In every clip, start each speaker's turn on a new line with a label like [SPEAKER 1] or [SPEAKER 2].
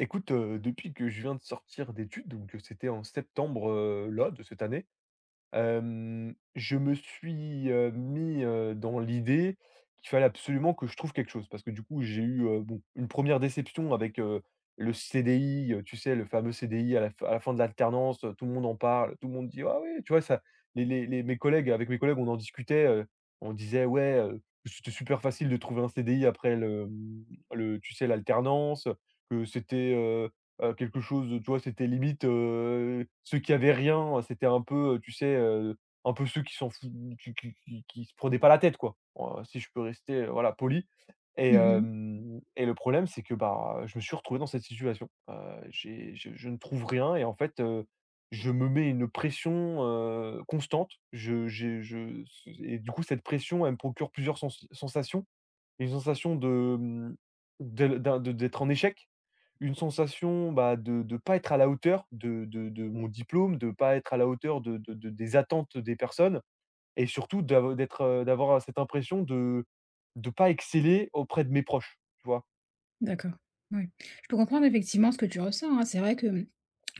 [SPEAKER 1] Écoute, depuis que je viens de sortir d'études, donc c'était en septembre, là, de cette année, je me suis, mis, dans l'idée qu'il fallait absolument que je trouve quelque chose. Parce que du coup, j'ai eu, bon, une première déception avec, le CDI, tu sais, le fameux CDI à la fin de l'alternance, tout le monde en parle, tout le monde dit: «Ah oui», tu vois? Ça les mes collègues avec mes collègues, on en discutait, on disait: «Ouais, c'était super facile de trouver un CDI après le, mmh, le tu sais, l'alternance, que c'était, quelque chose, tu vois, c'était limite, ceux qui avaient rien, c'était un peu, tu sais, un peu ceux qui s'en fou qui se prenaient pas la tête, quoi, si je peux rester, voilà, poli et
[SPEAKER 2] Mmh.
[SPEAKER 1] hem et le problème, c'est que, bah, je me suis retrouvé dans cette situation. J'ai je ne trouve rien et en fait, je me mets une pression, constante. Je j'ai je Et du coup, cette pression, elle me procure plusieurs sensations. Une sensation de, d'être en échec, une sensation, bah, de pas être à la hauteur de mon diplôme, de pas être à la hauteur de des attentes des personnes, et surtout d'être, d'avoir cette impression de pas exceller auprès de mes proches, tu vois?
[SPEAKER 2] D'accord. Oui, je peux comprendre effectivement ce que tu ressens, hein. C'est vrai que,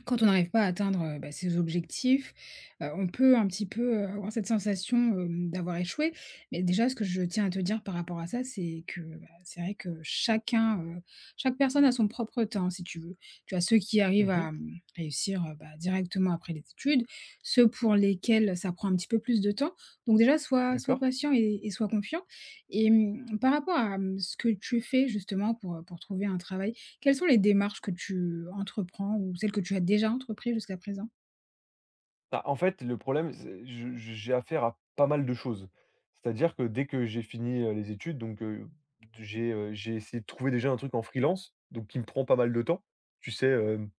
[SPEAKER 2] quand on n'arrive pas à atteindre, bah, ses objectifs, on peut un petit peu, avoir cette sensation, d'avoir échoué. Mais déjà, ce que je tiens à te dire par rapport à ça, c'est que, bah, c'est vrai que chacun, chaque personne a son propre temps, si tu veux. Tu as ceux qui arrivent
[SPEAKER 1] Mmh.
[SPEAKER 2] à, réussir, bah, directement après les études, ceux pour lesquels ça prend un petit peu plus de temps. Donc déjà, sois
[SPEAKER 1] D'accord.
[SPEAKER 2] patient et sois confiant. Et, par rapport à, ce que tu fais justement pour trouver un travail, quelles sont les démarches que tu entreprends ou celles que tu as déjà entrepris jusqu'à présent?
[SPEAKER 1] Bah, en fait, le problème, c'est je j'ai affaire à pas mal de choses. C'est-à-dire que dès que j'ai fini, les études, donc j'ai essayé de trouver déjà un truc en freelance, donc qui me prend pas mal de temps. Tu sais,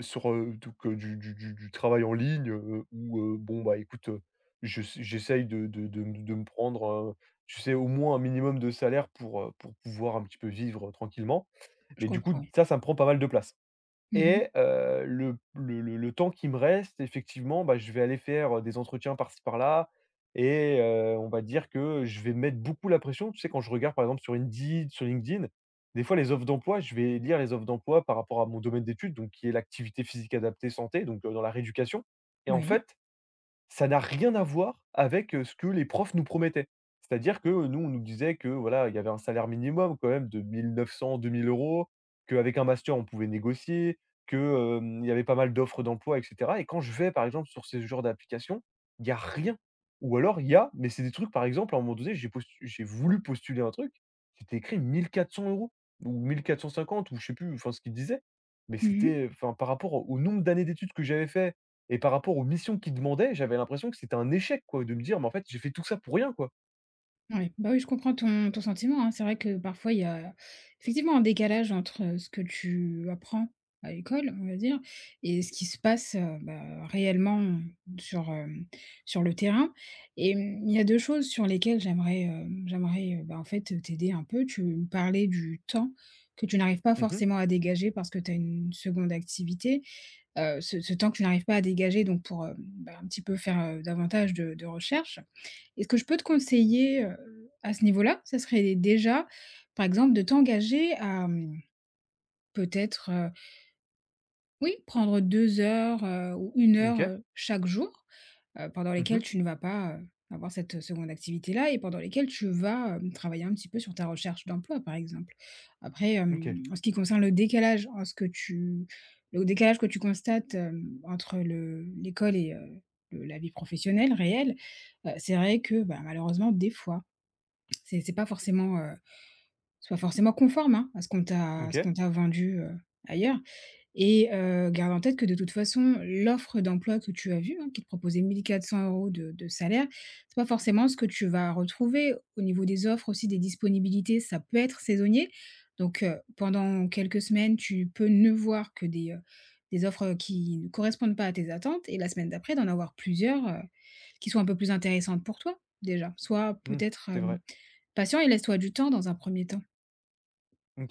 [SPEAKER 1] sur, donc du travail en ligne, où, bon, bah, écoute, je s j'essaye de m de me prendre, tu sais, au moins un minimum de salaire pour pouvoir un petit peu vivre, tranquillement.
[SPEAKER 2] Je
[SPEAKER 1] Mais du coup,
[SPEAKER 2] comprends, oui.
[SPEAKER 1] ça me prend pas mal de place.
[SPEAKER 2] Mmh.
[SPEAKER 1] Et le temps qui me reste, effectivement, bah, je vais aller faire, des entretiens par-ci par-là, et on va dire que je vais mettre beaucoup la pression. Tu sais, quand je regarde, par exemple, sur Indeed, sur LinkedIn, des fois, les offres d'emploi, je vais lire les offres d'emploi par rapport à mon domaine d'études, donc qui est l'activité physique adaptée santé, donc dans la rééducation. Et en
[SPEAKER 2] Oui.
[SPEAKER 1] fait ça n'a rien à voir avec, ce que les profs nous promettaient. C'est-à-dire que, nous, on nous disait que, voilà, il y avait un salaire minimum quand même de 1 900-2 000 €, qu'avec un master, on pouvait négocier, que, il y avait pas mal d'offres d'emploi et cetera. Et quand je vais, par exemple, sur ce genre d'application, il y a rien, ou alors il y a, mais c'est des trucs. Par exemple, à un moment donné, j'ai voulu postuler un truc, c'était écrit 1 400 € ou 1 450 ou je sais plus, enfin, ce qu'il disait, mais
[SPEAKER 2] Mmh.
[SPEAKER 1] c'était, enfin, par rapport au nombre d'années d'études que j'avais fait et par rapport aux missions qu'ils demandaient, j'avais l'impression que c'était un échec, quoi, de me dire: «Mais en fait, j'ai fait tout ça pour rien, quoi».
[SPEAKER 2] Ouais, bah, oui, je comprends ton ton sentiment, hein. C'est vrai que parfois il y a effectivement un décalage entre, ce que tu apprends à l'école, on va dire, et ce qui se passe, bah, réellement sur, sur le terrain et mmh, il y a 2 choses sur lesquelles j'aimerais, bah, en fait, t'aider un peu. Tu me parlais du temps que tu n'arrives pas
[SPEAKER 1] Mmh mh.
[SPEAKER 2] forcément à dégager parce que tu as une seconde activité. Ce ce temps que tu n'arrives pas à dégager donc pour, bah, un petit peu faire, davantage de recherches. Et ce que je peux te conseiller, à ce niveau-là, ça serait déjà, par exemple, de t'engager à, peut-être, oui, prendre 2 heures, ou 1 heure,
[SPEAKER 1] OK.
[SPEAKER 2] chaque jour, pendant lesquelles
[SPEAKER 1] Mmh.
[SPEAKER 2] tu ne vas pas, avoir cette, seconde activité-là et pendant lesquelles tu vas, travailler un petit peu sur ta recherche d'emploi, par exemple. Après,
[SPEAKER 1] OK.
[SPEAKER 2] hem, en ce qui concerne le décalage, en ce que tu le décalage que tu constates, entre le l'école et le la vie professionnelle réelle, c'est vrai que, bah, malheureusement, des fois c'est pas forcément, c'est pas forcément conforme, hein, à ce qu'on t'a à ce
[SPEAKER 1] OK.
[SPEAKER 2] qu'on t'a vendu, ailleurs. Et garde en tête que de toute façon, l'offre d'emploi que tu as vue, hein, qui te proposait 1 400 € de salaire, c'est pas forcément ce que tu vas retrouver. Au niveau des offres aussi, des disponibilités, ça peut être saisonnier. Donc pendant quelques semaines, tu peux ne voir que des offres qui ne correspondent pas à tes attentes, et la semaine d'après, d'en avoir plusieurs, qui sont un peu plus intéressantes pour toi, déjà. Soit
[SPEAKER 1] Mmh.
[SPEAKER 2] peut-être,
[SPEAKER 1] C'est
[SPEAKER 2] hem
[SPEAKER 1] vrai.
[SPEAKER 2] patient et laisse-toi du temps dans un premier temps.
[SPEAKER 1] OK.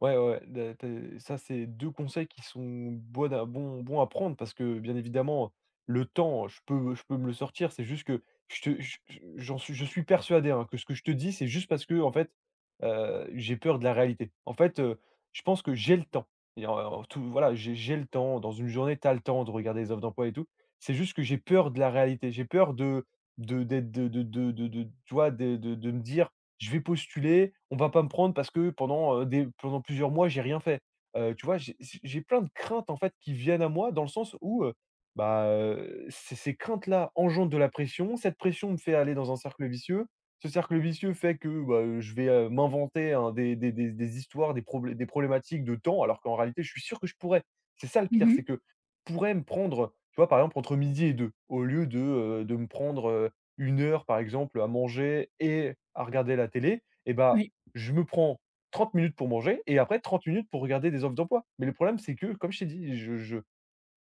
[SPEAKER 1] Ouais, ouais, ouais, de tu ça, c'est 2 conseils qui sont bonnes à bons bons à prendre parce que, bien évidemment, le temps, je peux me le sortir. C'est juste que je te je j'en suis je suis persuadé, hein, que ce que je te dis, c'est juste parce que en fait, j'ai peur de la réalité. En fait, je pense que j'ai le temps, et en tout voilà, j'ai le temps. Dans une journée, tu as le temps de regarder les offres d'emploi et tout. C'est juste que j'ai peur de la réalité. J'ai peur de me dire je vais postuler, on va pas me prendre parce que pendant plusieurs mois, j'ai rien fait. Tu vois? J'ai plein de craintes en fait qui viennent à moi dans le sens où, ces craintes-là engendrent de la pression. Cette pression me fait aller dans un cercle vicieux. Ce cercle vicieux fait que, bah, je vais, m'inventer un des histoires, des problématiques de temps, alors qu'en réalité, je suis sûr que je pourrais. C'est ça le pire, c'est
[SPEAKER 2] Mmh.
[SPEAKER 1] que je pourrais me prendre, tu vois? Par exemple entre midi et deux, au lieu de me prendre une heure, par exemple, à manger et à regarder la télé, et bah,
[SPEAKER 2] Oui.
[SPEAKER 1] je me prends 30 minutes pour manger et après 30 minutes pour regarder des offres d'emploi. Mais le problème, c'est que, comme je t'ai dit,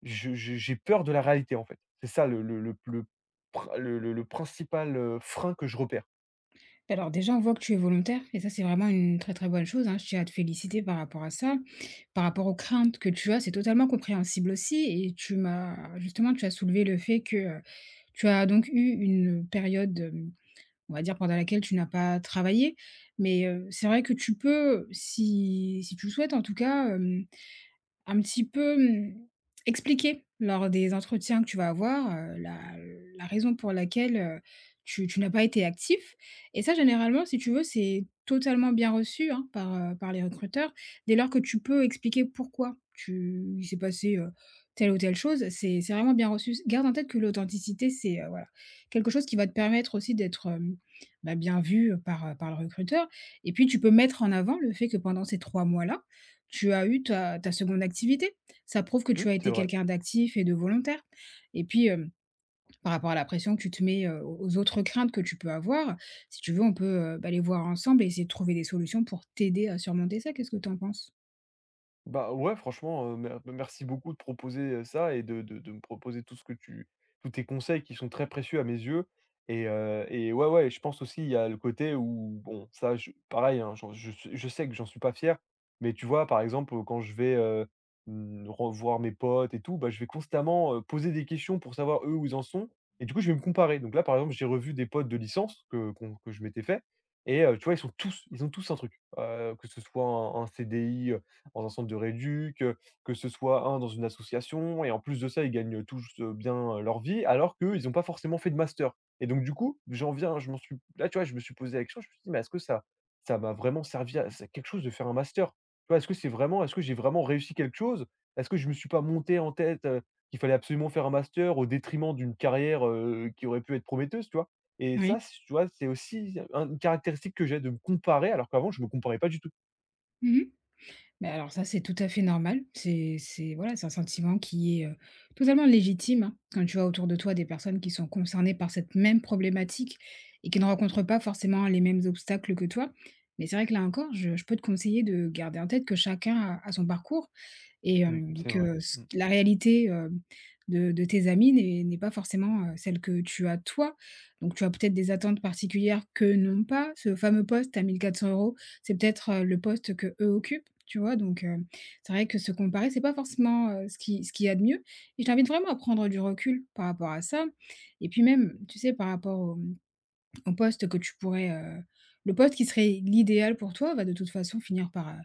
[SPEAKER 1] je j'ai peur de la réalité, en fait. C'est ça le pr le principal, frein que je repère.
[SPEAKER 2] Bah, alors déjà, on voit que tu es volontaire et ça, c'est vraiment une très, très bonne chose, hein. Je tiens à te féliciter par rapport à ça. Par rapport aux craintes que tu as, c'est totalement compréhensible aussi, et tu m'as justement, tu as soulevé le fait que, tu as donc eu une période, on va dire, pendant laquelle tu n'as pas travaillé. Mais, c'est vrai que tu peux, si tu le souhaites en tout cas, un petit peu, expliquer lors des entretiens que tu vas avoir, la raison pour laquelle, tu n'as pas été actif, et ça généralement, si tu veux, c'est totalement bien reçu, hein, par, par les recruteurs. Dès lors que tu peux expliquer pourquoi tu il s'est passé, telle ou telle chose, c'est vraiment bien reçu. Garde en tête que l'authenticité, c'est, voilà, quelque chose qui va te permettre aussi d'être, bah, bien vu, par, par le recruteur, et puis tu peux mettre en avant le fait que pendant ces 3 mois-là tu as eu ta ta seconde activité. Ça prouve que
[SPEAKER 1] Mmh,
[SPEAKER 2] tu as
[SPEAKER 1] c'est
[SPEAKER 2] été
[SPEAKER 1] vrai.
[SPEAKER 2] quelqu'un d'actif et de volontaire. Et puis, par rapport à la pression que tu te mets, aux autres craintes que tu peux avoir, si tu veux, on peut, bah, les voir ensemble et essayer de trouver des solutions pour t'aider à surmonter ça. Qu'est-ce que tu en penses?
[SPEAKER 1] Bah, ouais, franchement, merci beaucoup de proposer, ça, et de me proposer tout ce que tu tous tes conseils, qui sont très précieux à mes yeux. Et ouais, ouais, je pense aussi il y a le côté où bon ça je pareil, hein, j'en je sais que j'en suis pas fier, mais tu vois, par exemple, quand je vais, mmh, revoir mes potes et tout, bah, je vais constamment, poser des questions pour savoir eux où ils en sont, et du coup, je vais me comparer. Donc là, par exemple, j'ai revu des potes de licence que je m'étais fait, et tu vois, ils ont tous un truc, que ce soit un CDI, dans un centre de rééduc, que ce soit un dans une association, et en plus de ça, ils gagnent, tous, bien, leur vie, alors qu'eux, ils ont pas forcément fait de master. Et donc du coup, j'en viens je m'en suis là, tu vois, je me suis posé la question, je me suis dit: «Mais est-ce que ça ça m'a vraiment servi à c'est quelque chose de faire un master?» Tu vois? Est-ce que c'est vraiment est-ce que j'ai vraiment réussi quelque chose? Est-ce que je me suis pas monté en tête, qu'il fallait absolument faire un master au détriment d'une carrière, qui aurait pu être prometteuse, tu vois? Et
[SPEAKER 2] Oui.
[SPEAKER 1] ça, c tu vois, c'est aussi un une caractéristique que j'ai de me comparer, alors qu'avant je me comparais pas du tout.
[SPEAKER 2] Mmh. Mais alors ça, c'est tout à fait normal. C'est voilà, c'est un sentiment qui est, totalement légitime, hein. Quand tu vois autour de toi des personnes qui sont concernées par cette même problématique et qui ne rencontrent pas forcément les mêmes obstacles que toi. Mais c'est vrai que là encore, je peux te conseiller de garder en tête que chacun a a son parcours et
[SPEAKER 1] Mmh, c'est vrai.
[SPEAKER 2] que ce
[SPEAKER 1] Mmh.
[SPEAKER 2] la réalité, de tes amis n'est pas forcément, celle que tu as toi. Donc tu as peut-être des attentes particulières que n'ont pas. Ce fameux poste à 1 400 €, c'est peut-être, le poste que eux occupent. Tu vois? Donc c'est vrai que se comparer, c'est pas forcément, ce qu'il y a de mieux, et je t'invite vraiment à prendre du recul par rapport à ça. Et puis même, tu sais, par rapport au, au poste que le poste qui serait l'idéal pour toi va de toute façon finir par,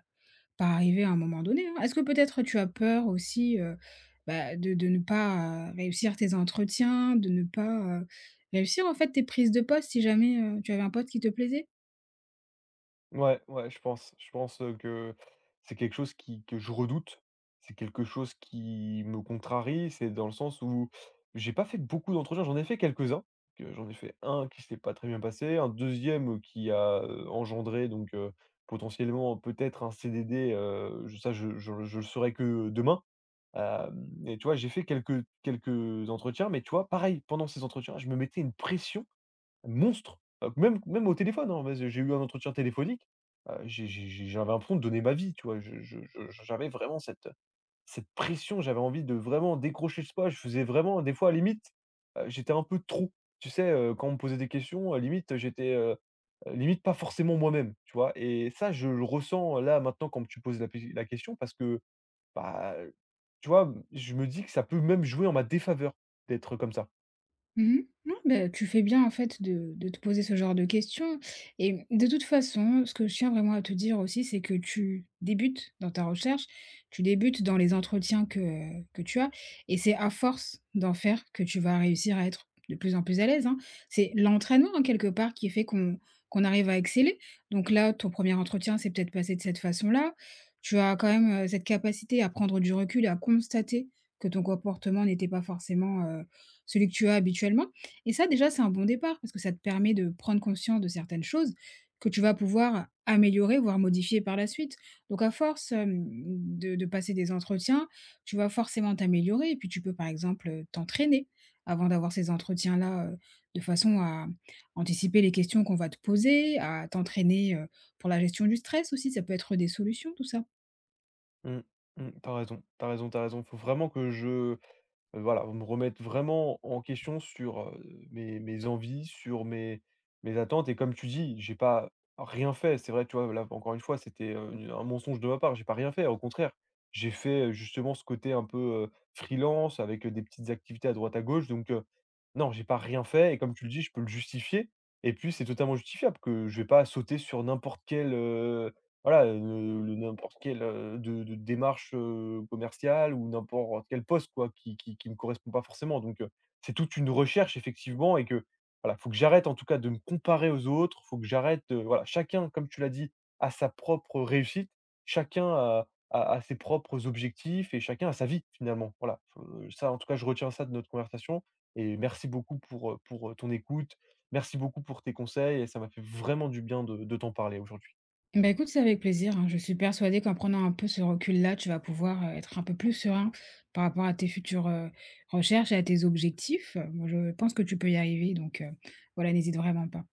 [SPEAKER 2] par arriver à un moment donné, hein. Est-ce que peut-être tu as peur aussi, bah, de ne pas, réussir tes entretiens, de ne pas, réussir en fait tes prises de poste si jamais, tu avais un poste qui te plaisait?
[SPEAKER 1] Ouais, ouais, je pense. Je pense, que c'est quelque chose qui que je redoute. C'est quelque chose qui me contrarie. C'est dans le sens où j'ai pas fait beaucoup d'entretiens. J'en ai fait quelques-uns, que j'en ai fait un qui s'est pas très bien passé, un deuxième qui a, engendré donc potentiellement peut-être un CDD, je ça je le saurai que demain. Hem et Tu vois, j'ai fait quelques entretiens, mais tu vois, pareil, pendant ces entretiens, je me mettais une pression monstre, même au téléphone, hein, vas-y, j'ai eu un entretien téléphonique, j'avais l'impression de donner ma vie, tu vois? Je J'avais vraiment cette, pression, j'avais envie de vraiment décrocher ce pas, je faisais vraiment des fois à la limite, j'étais un peu trop. Tu sais, quand on me posait des questions, limite j'étais, limite pas forcément moi-même, tu vois? Et ça, je le ressens là maintenant quand tu poses la question parce que, bah, tu vois, je me dis que ça peut même jouer en ma défaveur d'être comme ça.
[SPEAKER 2] Mmh. Non, beh, tu fais bien en fait de te poser ce genre de questions, et de toute façon, ce que je tiens vraiment à te dire aussi, c'est que tu débutes dans ta recherche, tu débutes dans les entretiens que tu as, et c'est à force d'en faire que tu vas réussir à être de plus en plus à l'aise, hein. C'est l'entraînement, hein, quelque part qui fait qu'on qu'on arrive à exceller. Donc là, ton premier entretien s'est peut-être passé de cette façon-là. Tu as quand même, cette capacité à prendre du recul et à constater que ton comportement n'était pas forcément, celui que tu as habituellement. Et ça, déjà, c'est un bon départ parce que ça te permet de prendre conscience de certaines choses que tu vas pouvoir améliorer, voire modifier par la suite. Donc, à force de passer des entretiens, tu vas forcément t'améliorer, et puis tu peux, par exemple, t'entraîner avant d'avoir ces entretiens-là, de façon à anticiper les questions qu'on va te poser, à t'entraîner, pour la gestion du stress aussi. Ça peut être des solutions, tout ça.
[SPEAKER 1] Mmh. Mmh. T'as raison, t'as raison, tu raison. Faut vraiment que je, voilà, me remette vraiment en question sur, mes envies, sur mes attentes, et comme tu dis, j'ai pas rien fait. C'est vrai, tu vois, là, encore une fois, c'était, une un mensonge de ma part, j'ai pas rien fait, au contraire. J'ai fait, justement ce côté un peu, freelance avec, des petites activités à droite à gauche, donc non, j'ai pas rien fait, et comme tu le dis, je peux le justifier, et puis c'est totalement justifiable que je vais pas sauter sur n'importe quel, voilà, le n'importe quelle, de démarche, commerciale, ou n'importe quel poste, quoi, qui me correspond pas forcément, donc c'est toute une recherche, effectivement, et que, voilà, faut que j'arrête en tout cas de me comparer aux autres, faut que j'arrête, voilà, chacun, comme tu l'as dit, a sa propre réussite, chacun a ses propres objectifs, et chacun a sa vie, finalement. Voilà, ça, en tout cas, je retiens ça de notre conversation, et merci beaucoup pour, ton écoute. Merci beaucoup pour tes conseils, et ça m'a fait vraiment du bien de t'en parler aujourd'hui.
[SPEAKER 2] Bah, écoute, c'est avec plaisir, hein. Je suis persuadée qu'en prenant un peu ce recul-là, tu vas pouvoir, être un peu plus serein par rapport à tes futures, recherches et à tes objectifs. Moi, je pense que tu peux y arriver, donc voilà, n'hésite vraiment pas.